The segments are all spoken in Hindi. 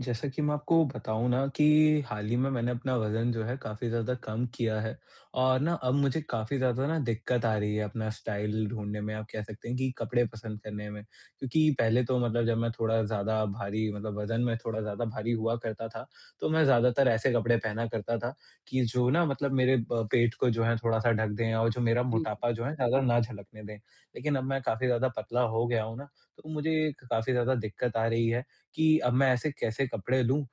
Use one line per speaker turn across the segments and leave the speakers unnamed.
जैसा कि मैं आपको बताऊँ ना कि हाल ही में मैंने अपना वज़न जो है काफ़ी ज़्यादा कम किया है। और ना अब मुझे काफ़ी ज़्यादा ना दिक्कत आ रही है अपना स्टाइल ढूँढने में, आप कह सकते हैं कि कपड़े पसंद करने में। क्योंकि पहले तो मतलब जब मैं थोड़ा ज़्यादा भारी मतलब वज़न में थोड़ा ज़्यादा भारी हुआ करता था, तो मैं ज़्यादातर ऐसे कपड़े पहना करता था कि जो ना मतलब मेरे ब पेट को जो है थोड़ा-सा ढक दें और जो मेरा
जी।
मोटापा जो है ज़्यादा ना झलकने दें। लेकिन अब मैं काफ़ी ज़्यादा पतला हो गया हूँ ना, तो मुझे काफ़ी ज़्यादा दिक्कत आ रही है। कि अब मैं ऐसे कैसे कपड़े लूँ,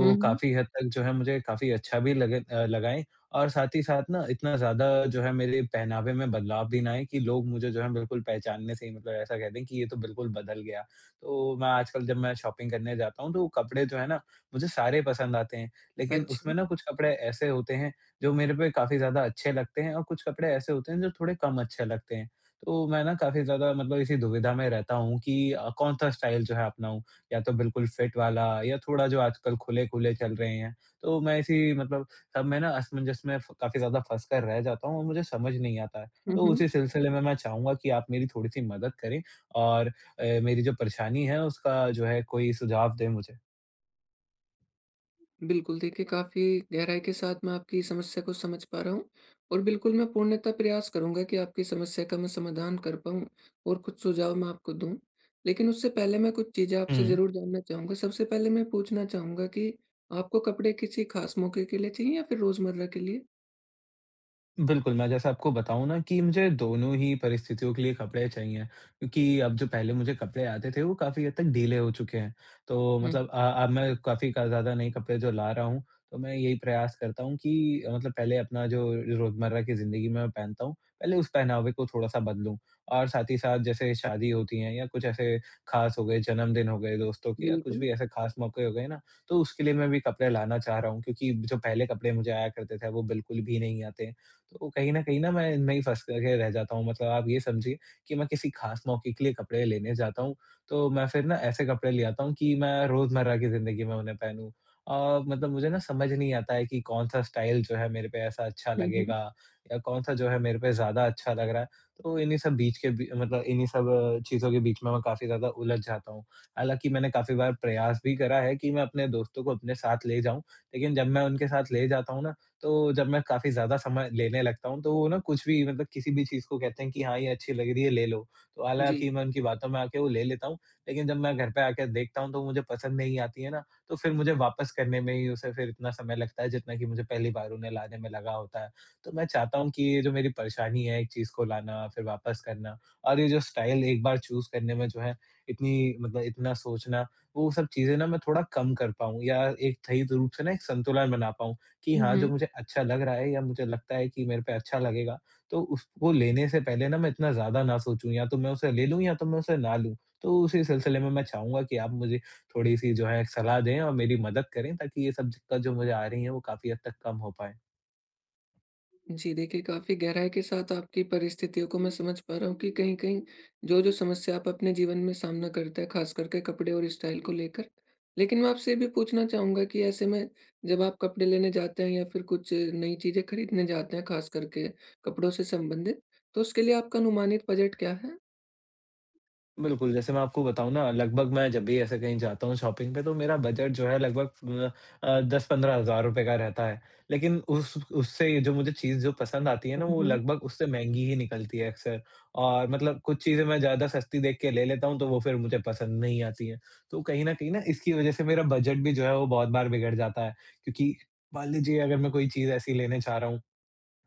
हुँ, हुँ।
काफ़ी हद तक जो है मुझे काफ़ी अच्छा भी लगे लगाएँ। और साथ ही साथ ना इतना ज़्यादा जो है मेरे पहनावे में बदलाव भी ना आए कि लोग मुझे जो है बिल्कुल पहचानने से ही मतलब ऐसा कह दें कि ये तो बिल्कुल बदल गया। तो मैं आजकल जब मैं शॉपिंग करने जाता हूँ, तो कपड़े जो है ना मुझे सारे पसंद आते हैं, लेकिन
अच्छा।
उसमें ना कुछ कपड़े ऐसे होते हैं जो मेरे पे काफ़ी ज़्यादा अच्छे लगते हैं और कुछ कपड़े ऐसे होते हैं जो थोड़े कम अच्छे लगते हैं। तो मैं ना काफ़ी ज़्यादा मतलब इसी दुविधा में रहता हूँ कि कौन-सा स्टाइल जो है अपनाऊँ। या तो बिल्कुल फिट वाला या थोड़ा जो आजकल खुले-खुले चल रहे हैं। तो मैं इसी मतलब सब में ना असमंजस में फ काफ़ी ज़्यादा फँस कर रह जाता हूँ और मुझे समझ नहीं आता है।
हुँ,
तो
हुँ।
उसी सिलसिले में मैं चाहूँगा कि आप मेरी थोड़ी-सी मदद करें और मेरी जो परेशानी है उसका जो है कोई सुझाव दें मुझे।
बिल्कुल, देखिए काफ़ी गहराई के साथ मैं आपकी समस्या को समझ पा रहा हूँ और बिल्कुल मैं पूर्णतः प्रयास करूँगा कि आपकी समस्या का मैं समाधान कर पाऊँ और कुछ सुझाव मैं आपको दूँ। लेकिन उससे पहले मैं कुछ चीज़ें आपसे
हुँ।
ज़रूर जानना चाहूँगा। सबसे पहले मैं पूछना चाहूँगा कि आपको कपड़े किसी ख़ास मौके के लिए चाहिए या फिर रोज़मर्रा के लिए?
बिल्कुल, मैं जैसे आपको बताऊँ ना कि मुझे दोनों ही परिस्थितियों के लिए कपड़े चाहिए, क्योंकि अब जो पहले मुझे कपड़े आते थे, वो काफ़ी हद तक ढीले हो चुके हैं। तो
हुँ।
मतलब अब मैं काफ़ी क ज़्यादा नए कपड़े जो ला रहा हूँ, तो मैं यही प्रयास करता हूँ कि मतलब पहले अपना जो रोज़मर्रा की ज़िंदगी में मैं पहनता हूँ, पहले उस पहनावे को थोड़ा-सा बदलूँ। और साथ ही साथ जैसे शादी होती है या कुछ ऐसे ख़ास हो गए, जन्मदिन हो गए दोस्तों के या कुछ
बिल्कुल।
भी ऐसे ख़ास मौके हो गए ना, तो उसके लिए मैं भी कपड़े लाना चाह रहा हूँ, क्योंकि जो पहले कपड़े मुझे आया करते थे, वो बिल्कुल भी नहीं आते। तो कहीं न कहीं ना मैं इनमें ही फँस करके रह जाता हूँ। मतलब आप ये समझिए कि मैं किसी ख़ास मौके के लिए कपड़े लेने जाता हूँ, तो मैं फिर ना ऐसे कपड़े ले आता हूँ कि मैं रोज़मर्रा की ज़िंदगी में उन्हें पहनूँ। मतलब मुझे ना समझ नहीं आता है कि कौन-सा स्टाइल जो है मेरे पे ऐसा अच्छा
हुँ, हुँ।
लगेगा या कौन-सा जो है मेरे पे ज़्यादा अच्छा लग रहा है। तो इन्हीं सब बीच के बी मतलब इन्हीं सब चीज़ों के बीच में मैं काफ़ी ज़्यादा उलझ जाता हूँ। हालाँकि मैंने काफ़ी बार प्रयास भी करा है कि मैं अपने दोस्तों को अपने साथ ले जाऊँ, लेकिन जब मैं उनके साथ ले जाता हूँ ना, तो जब मैं काफ़ी ज़्यादा समय लेने लगता हूँ, तो वो ना कुछ भी मतलब किसी भी चीज़ को कहते हैं कि हाँ, ये अच्छी लग रही है, ले लो। तो
जी।
हालाँकि मैं उनकी बातों में आके वो ले लेता हूँ, लेकिन जब मैं घर पे आके देखता हूँ, तो मुझे पसंद नहीं आती है ना, तो फिर मुझे वापस करने में ही उसे फिर इतना समय लगता है, जितना कि मुझे पहली बार उन्हें लाने में लगा होता है। तो मैं चाहता हूँ कि ये जो मेरी परेशानी है, एक चीज़ को लाना, फिर वापस करना और ये जो स्टाइल एक बार चूज़ करने में जो है, इतनी मतलब इतना सोचना, वो सब चीज़ें ना मैं थोड़ा कम कर पाऊँ या एक सही रूप से ना एक संतुलन बना पाऊँ। कि
हुँ,
हाँ, जो
हुँ।
मुझे अच्छा लग रहा है या मुझे लगता है कि मेरे पे अच्छा लगेगा, तो उसको लेने से पहले ना मैं इतना ज़्यादा ना सोचूँ, या तो मैं उसे ले लूँ या तो मैं उसे ना लूँ। तो उसी सिलसिले में मैं चाहूँगा कि आप मुझे थोड़ी-सी जो है सलाह दें और मेरी मदद करें, ताकि ये सब दिक्कत जो मुझे आ रही है वो काफ़ी हद तक कम हो पाएँ।
जी देखिए, काफ़ी गहराई के साथ आपकी परिस्थितियों को मैं समझ पा रहा हूँ कि कहीं-कहीं जो-जो समस्या आप अपने जीवन में सामना करते हैं, ख़ास करके कपड़े और स्टाइल को लेकर। लेकिन मैं आपसे ये भी पूछना चाहूँगा कि ऐसे में जब आप कपड़े लेने जाते हैं या फिर कुछ नई चीज़ें खरीदने जाते हैं, ख़ास करके कपड़ों से संबंधित, तो उसके लिए आपका अनुमानित बजट क्या है?
बिल्कुल, जैसे मैं आपको बताऊँ ना, लगभग मैं जब भी ऐसे कहीं जाता हूँ शॉपिंग पे, तो मेरा बजट जो है लगभग 10-15 हज़ार रुपए का रहता है। लेकिन उस उससे ये जो मुझे चीज़ जो पसंद आती है ना,
हुँ,
वो
हुँ।
लगभग उससे महँगी ही निकलती है अक्सर। और मतलब कुछ चीज़ें मैं ज़्यादा सस्ती देख के ले लेता हूँ, तो वो फिर मुझे पसंद नहीं आती हैं। तो कहीं न कहीं ना इसकी वज़ह से मेरा बजट भी जो है वो बहुत बार बिगड़ जाता है। क्योंकि मान लीजिए अगर मैं कोई चीज़ ऐसी लेने जा रहा हूँ,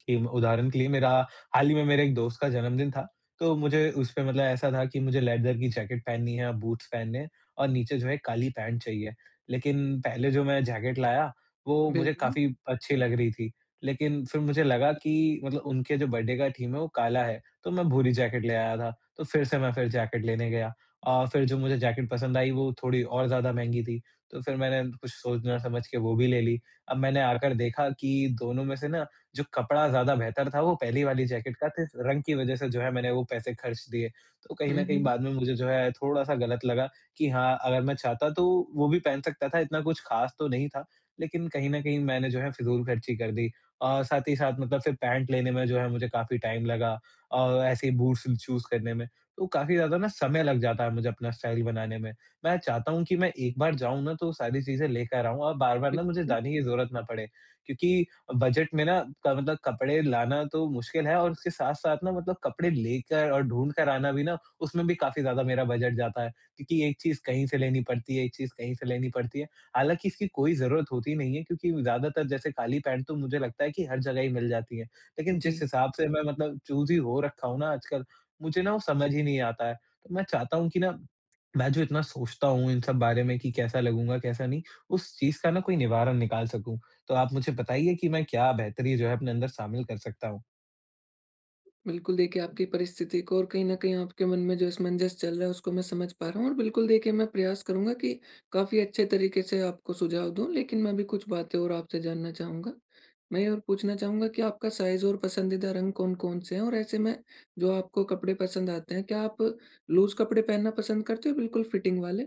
कि उदाहरण के लिए मेरा हाल ही में मेरे एक दोस्त का जन्मदिन था, तो मुझे उस पे मतलब ऐसा था कि मुझे लेदर की जैकेट पहननी है, बूट्स पहनने हैं और नीचे जो है काली पैंट चाहिए। लेकिन पहले जो मैं जैकेट लाया, वो मुझे
बिल्कुल।
काफ़ी अच्छी लग रही थी, लेकिन फिर मुझे लगा कि मतलब उनके जो बर्थडे का थीम है वो काला है, तो मैं भूरी जैकेट ले आया था, तो फिर से मैं फिर जैकेट लेने गया और फिर जो मुझे जैकेट पसंद आई वो थोड़ी और ज़्यादा महँगी थी, तो फिर मैंने कुछ सोच ना समझ के वो भी ले ली। अब मैंने आकर देखा कि दोनों में से ना जो कपड़ा ज़्यादा बेहतर था वो पहली वाली जैकेट का थे, रंग की वज़ह से जो है मैंने वो पैसे खर्च दिए। तो कहीं
हुँ,
न कहीं
हुँ।
बाद में मुझे जो है थोड़ा-सा गलत लगा कि हाँ, अगर मैं चाहता तो वो भी पहन सकता था, इतना कुछ ख़ास तो नहीं था, लेकिन कहीं न कहीं मैंने जो है फिज़ूल खर्ची कर दी। और साथ ही साथ मतलब फिर पैंट लेने में जो है मुझे काफ़ी टाइम लगा और ऐसे ही बूट्स चूज़ करने में, तो काफ़ी ज़्यादा ना समय लग जाता है मुझे अपना स्टाइल बनाने में। मैं चाहता हूँ कि मैं एक बार जाऊँ ना तो सारी चीज़ें लेकर आऊँ और बार-बार ना मुझे
बिल्कुल।
जाने की ज़रूरत ना पड़े, क्योंकि बजट में ना क मतलब कपड़े लाना तो मुश्किल है और उसके साथ-साथ ना मतलब कपड़े लेकर और ढूँढ कर आना भी ना, उसमें भी काफ़ी ज़्यादा मेरा बजट जाता है, क्योंकि एक चीज़ कहीं से लेनी पड़ती है, एक चीज़ कहीं से लेनी पड़ती है। हालाँकि इसकी कोई ज़रूरत होती नहीं है, क्योंकि ज़्यादातर जैसे काली पैंट तो मुझे लगता है कि हर जगह ही मिल जाती है। लेकिन
जी।
जिस हिसाब से मैं मतलब चूज़ी हो रखा हूँ ना आजकल, मुझे ना वो समझ ही नहीं आता है। तो मैं चाहता हूँ कि ना, मैं जो इतना सोचता हूँ इन सब बारे में कि कैसा लगूँगा, कैसा नहीं, उस चीज़ का ना कोई निवारण निकाल सकूँ। तो आप मुझे बताइए कि मैं क्या बेहतरी जो है अपने अंदर शामिल कर सकता हूँ?
बिल्कुल देखिए, आपकी परिस्थिति को और कहीं न कहीं आपके मन में जो असमंजस चल रहा है उसको मैं समझ पा रहा हूँ और बिल्कुल देखिए मैं प्रयास करूँगा कि काफ़ी अच्छे तरीके से आपको सुझाव दूँ। लेकिन मैं भी कुछ बातें और आपसे जानना चाहूँगा। मैं ये और पूछना चाहूँगा कि आपका साइज़ और पसंदीदा रंग कौन-कौन से हैं? और ऐसे में जो आपको कपड़े पसंद आते हैं, क्या आप लूज़ कपड़े पहनना पसंद करते हो बिल्कुल फिटिंग वाले?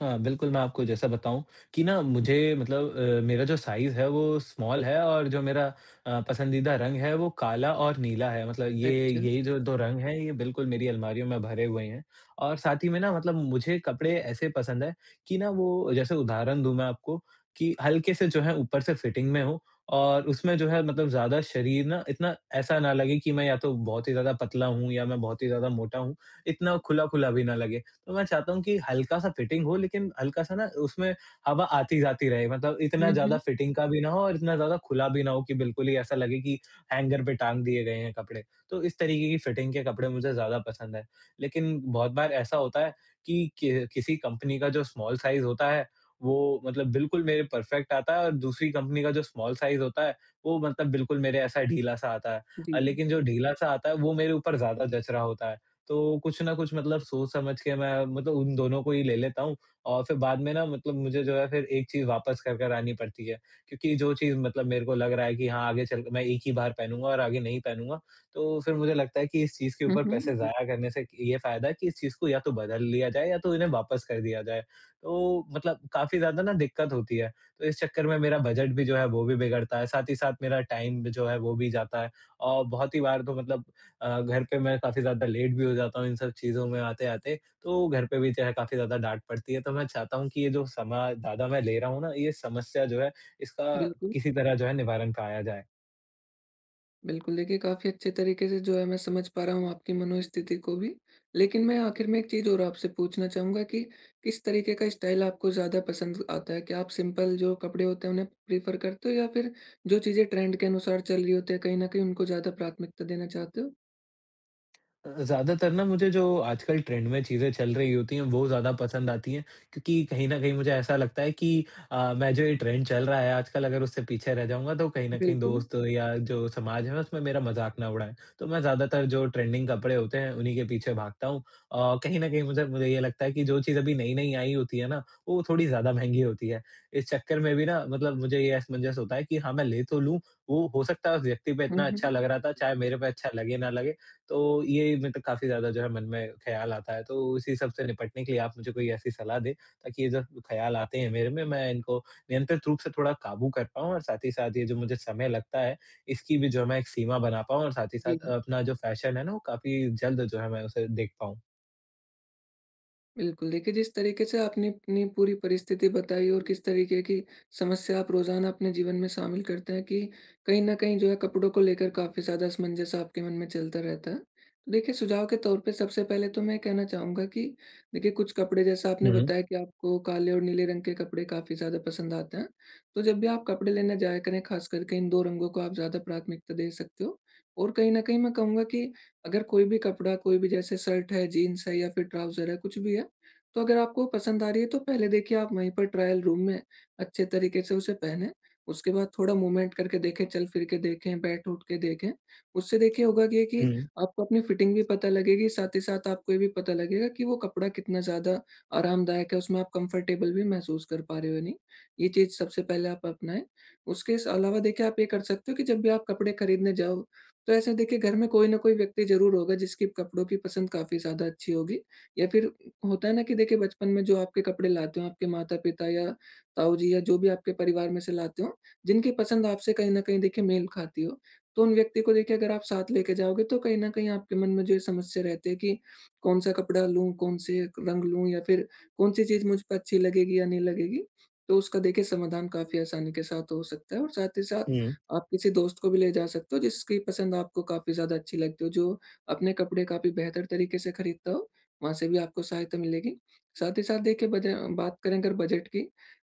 हाँ, बिल्कुल, मैं आपको जैसा बताऊँ कि ना मुझे मतलब मेरा जो साइज़ है वो स्मॉल है और जो मेरा पसंदीदा रंग है वो काला और नीला है। मतलब ये
अच्छा।
यही जो 2 रंग हैं ये बिल्कुल मेरी अलमारियों में भरे हुए हैं। और साथ ही में ना मतलब मुझे कपड़े ऐसे पसंद है कि ना वो, जैसे उदाहरण दूँ मैं आपको, कि हल्के से जो है ऊपर से फिटिंग में हो और उसमें जो है मतलब ज़्यादा शरीर ना इतना ऐसा ना लगे कि मैं या तो बहुत ही ज़्यादा पतला हूँ या मैं बहुत ही ज़्यादा मोटा हूँ, इतना खुला-खुला भी ना लगे। तो मैं चाहता हूँ कि हल्का-सा फिटिंग हो लेकिन हल्का-सा ना उसमें हवा आती-जाती रहे, मतलब इतना
हुँ,
ज़्यादा
हुँ।
फिटिंग का भी ना हो और इतना ज़्यादा खुला भी ना हो कि बिल्कुल ही ऐसा लगे कि हैंगर पे टाँग दिए गए हैं कपड़े। तो इस तरीके की फिटिंग के कपड़े मुझे ज़्यादा पसंद है। लेकिन बहुत बार ऐसा होता है कि किसी कंपनी का जो स्मॉल साइज़ होता है, वो मतलब बिल्कुल मेरे परफेक्ट आता है और दूसरी कंपनी का जो स्मॉल साइज़ होता है, वो मतलब बिल्कुल मेरे ऐसा ढीला-सा आता है।
जी।
लेकिन जो ढीला-सा आता है वो मेरे ऊपर ज़्यादा जच रहा होता है। तो कुछ ना कुछ मतलब सोच समझ के मैं मतलब उन दोनों को ही ले लेता हूँ और फिर बाद में ना मतलब मुझे जो है फिर एक चीज़ वापस कर कर आनी पड़ती है। क्योंकि जो चीज़ मतलब मेरे को लग रहा है कि हाँ, आगे चल मैं एक ही बार पहनूँगा और आगे नहीं पहनूँगा, तो फिर मुझे लगता है कि इस चीज़ के
हुँ,
ऊपर पैसे
हुँ।
ज़ाया करने से ये फ़ायदा है कि इस चीज़ को या तो बदल लिया जाए या तो इन्हें वापस कर दिया जाए। तो मतलब काफ़ी ज़्यादा ना दिक्कत होती है, तो इस चक्कर में मेरा बजट भी जो है वो भी बिगड़ता है, साथ ही साथ मेरा टाइम भी जो है वो भी जाता है और बहुत ही बार तो मतलब घर पे मैं काफ़ी ज़्यादा लेट भी हो जाता हूँ इन सब चीज़ों में आते-आते, तो घर पे भी जो है काफ़ी ज़्यादा डाँट पड़ती है। तो मैं चाहता हूँ कि ये जो समय ज़्यादा मैं ले रहा हूँ ना, ये समस्या जो है इसका
बिल्कुल।
किसी तरह जो है निवारण पाया जाए।
बिल्कुल, देखिए काफ़ी अच्छे तरीके से जो है मैं समझ पा रहा हूँ आपकी मनोस्थिति को भी। लेकिन मैं आखिर में एक चीज़ और आपसे पूछना चाहूँगा कि किस तरीके का स्टाइल आपको ज़्यादा पसंद आता है? क्या आप सिंपल जो कपड़े होते हैं उन्हें प्रेफ़र करते हो या फिर जो चीज़ें ट्रेंड के अनुसार चल रही होती है, कहीं न कहीं उनको ज़्यादा प्राथमिकता देना चाहते हो?
ज़्यादातर ना मुझे जो आजकल ट्रेंड में चीज़ें चल रही होती हैं, वो ज़्यादा पसंद आती हैं, क्योंकि कहीं न कहीं मुझे ऐसा लगता है कि मैं जो ये ट्रेंड चल रहा है आजकल अगर उससे पीछे रह जाऊँगा तो कहीं न कहीं
बिल्कुल।
दोस्त या जो समाज है उसमें मेरा मज़ाक ना उड़ाएँ। तो मैं ज़्यादातर जो ट्रेंडिंग कपड़े होते हैं उन्हीं के पीछे भागता हूँ। कहीं न कहीं मुझे मुझे ये लगता है कि जो चीज़ अभी नई-नई आई होती है ना, वो थोड़ी ज़्यादा महँगी होती है। इस चक्कर में भी ना मतलब मुझे ये असमंजस होता है कि हाँ, मैं ले तो लूँ, वो हो सकता है उस व्यक्ति पे
हुँ,
इतना अच्छा
हुँ।
लग रहा था, चाहे मेरे पे अच्छा लगे ना लगे। तो ये मतलब काफ़ी ज़्यादा जो है मन में ख़्याल आता है, तो इसी सब से निपटने के लिए आप मुझे कोई ऐसी सलाह दें, ताकि ये जो ख़्याल आते हैं मेरे में, मैं इनको नियंत्रित रूप से थोड़ा काबू कर पाऊँ और साथ ही साथ ये जो मुझे समय लगता है, इसकी भी जो है मैं एक सीमा बना पाऊँ और साथ ही
जी।
साथ अपना जो फ़ैशन है ना, वो काफ़ी जल्द जो है मैं उसे देख पाऊँ।
बिल्कुल, देखिए जिस तरीके से आपने अपनी पूरी परिस्थिति बताई और किस तरीके की समस्या आप रोज़ाना अपने जीवन में शामिल करते हैं कि कहीं न कहीं जो है कपड़ों को लेकर काफ़ी ज़्यादा असमंजस आपके मन में चलता रहता है। तो देखिए सुझाव के तौर पे सबसे पहले तो मैं कहना चाहूँगा कि देखिए कुछ कपड़े जैसा आपने
हुँ,
बताया कि आपको काले और नीले रंग के कपड़े काफ़ी ज़्यादा पसंद आते हैं। तो जब भी आप कपड़े लेने जाया करें ख़ास करके इन 2 रंगों को आप ज़्यादा प्राथमिकता दे सकते हो। और कहीं न कहीं मैं कहूँगा कि अगर कोई भी कपड़ा कोई भी जैसे शर्ट है, जीन्स है या फिर ट्राउज़र है, कुछ भी है, तो अगर आपको पसंद आ रही है तो पहले देखिए आप वहीं पर ट्रायल रूम में अच्छे तरीके से उसे पहने। उसके बाद थोड़ा मूवमेंट करके देखें, चल-फिर के देखें, बैठ-उठ के देखें। उससे देखिए होगा ये कि
हुँ,
आपको अपनी फिटिंग भी पता लगेगी, साथ ही साथ आपको ये भी पता लगेगा कि वो कपड़ा कितना ज़्यादा आरामदायक है, उसमें आप कंफर्टेबल भी महसूस कर पा रहे हो या नहीं। ये चीज़ सबसे पहले आप अपनाएँ। उसके स अलावा देखिए आप ये कर सकते हो कि जब भी आप कपड़े खरीदने जाओ, तो ऐसे देखिए घर में कोई ना कोई व्यक्ति ज़रूर होगा जिसकी कपड़ों की पसंद काफ़ी ज़्यादा अच्छी होगी, या फिर होता है ना कि देखिए बचपन में जो आपके कपड़े लाते हो आपके माता-पिता या ताऊ-जी या जो भी आपके परिवार में से लाते हो, जिनकी पसंद आपसे कहीं न कहीं देखिए मेल खाती हो, तो उन व्यक्ति को देखिए अगर आप साथ लेके जाओगे तो कहीं न कहीं आपके मन में जो ये समस्या रहती है कि कौन-सा कपड़ा लूँ, कौन से रंग लूँ या फिर कौन-सी चीज़ मुझ पे अच्छी लगेगी या नहीं लगेगी, तो उसका देखिए समाधान काफ़ी आसानी के साथ हो सकता है। और साथ ही साथ
हुँ,
आप किसी दोस्त को भी ले जा सकते हो जिसकी पसंद आपको काफ़ी ज़्यादा अच्छी लगती हो, जो अपने कपड़े काफ़ी बेहतर तरीके से खरीदता हो, वहाँ से भी आपको सहायता मिलेगी। साथ ही साथ देखिए, बज बात करें अगर बजट की,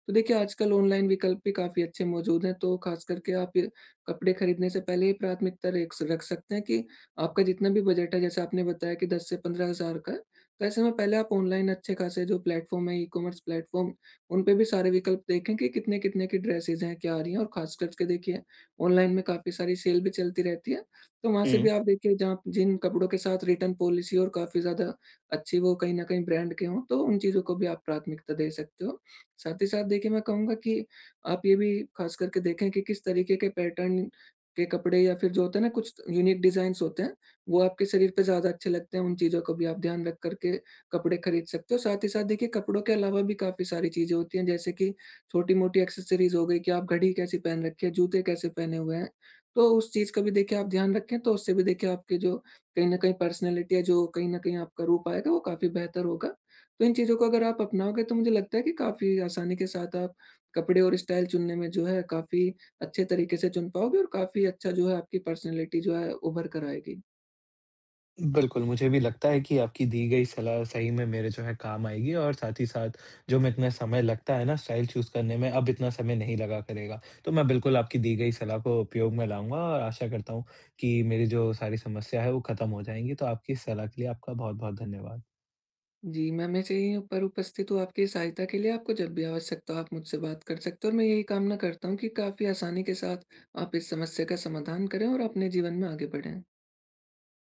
तो देखिए आजकल ऑनलाइन विकल्प भी काफ़ी अच्छे मौजूद हैं, तो ख़ास करके आप ये कपड़े खरीदने से पहले ही प्राथमिकता रेख रख सकते हैं कि आपका जितना भी बजट है, जैसे आपने बताया कि 10 से 15,000 का है, तो ऐसे में पहले आप ऑनलाइन अच्छे खासे जो प्लेटफ़ॉर्म है, ई-कॉमर्स प्लेटफ़ॉर्म, उन पे भी सारे विकल्प देखें कि कितने-कितने की ड्रेसेज़ हैं, क्या आ रही हैं। और ख़ास करके देखिए ऑनलाइन में काफ़ी सारी सेल भी चलती रहती है। तो वहाँ से
हुँ।
भी आप देखिए जहाँ जिन कपड़ों के साथ रिटर्न पॉलिसी और काफ़ी ज़्यादा अच्छी, वो कहीं न कहीं ब्रांड के हों, तो उन चीज़ों को भी आप प्राथमिकता दे सकते हो। साथ ही साथ देखिए मैं कहूँगा कि आप ये भी ख़ास करके देखें कि किस तरीके के पैटर्न के कपड़े या फिर जो होता है ना कुछ यूनिक डिज़ाइन्स होते हैं, वो आपके शरीर पे ज़्यादा अच्छे लगते हैं, उन चीज़ों को भी आप ध्यान रख कर के कपड़े खरीद सकते हो। साथ ही साथ देखिए कपड़ों के अलावा भी काफ़ी सारी चीज़ें होती हैं, जैसे कि छोटी-मोटी एक्सेसरीज़ हो गई कि आप घड़ी कैसी पहन रखी है, जूते कैसे पहने हुए हैं। तो उस चीज़ का भी देखिए आप ध्यान रखें, तो उससे भी देखिए आपके जो कहीं न कहीं पर्सनैलिटी है, जो कहीं न कहीं आपका रूप आएगा, वो काफ़ी बेहतर होगा। तो इन चीज़ों को अगर आप अपनाओगे तो मुझे लगता है कि काफ़ी आसानी के साथ आप कपड़े और स्टाइल चुनने में जो है काफ़ी अच्छे तरीके से चुन पाओगे और काफ़ी अच्छा जो है आपकी पर्सनैलिटी जो है उभर कर आएगी।
बिल्कुल, मुझे भी लगता है कि आपकी दी गई सलाह सही में मेरे जो है काम आएगी और साथ ही साथ जो मैं इतना समय लगता है ना स्टाइल चूज़ करने में, अब इतना समय नहीं लगा करेगा। तो मैं बिल्कुल आपकी दी गई सलाह को उपयोग में लाऊँगा और आशा करता हूँ कि मेरी जो सारी समस्या है वो ख़त्म हो जाएँगी। तो आपकी इस सलाह के लिए आपका बहुत-बहुत धन्यवाद।
जी, मैं हमेशा यहीं पर उपस्थित हूँ आपकी सहायता के लिए, आपको जब भी आवश्यकता हो आप मुझसे बात कर सकते हो और मैं यही कामना करता हूँ कि काफ़ी आसानी के साथ आप इस समस्या का समाधान करें और अपने जीवन में आगे बढ़ें।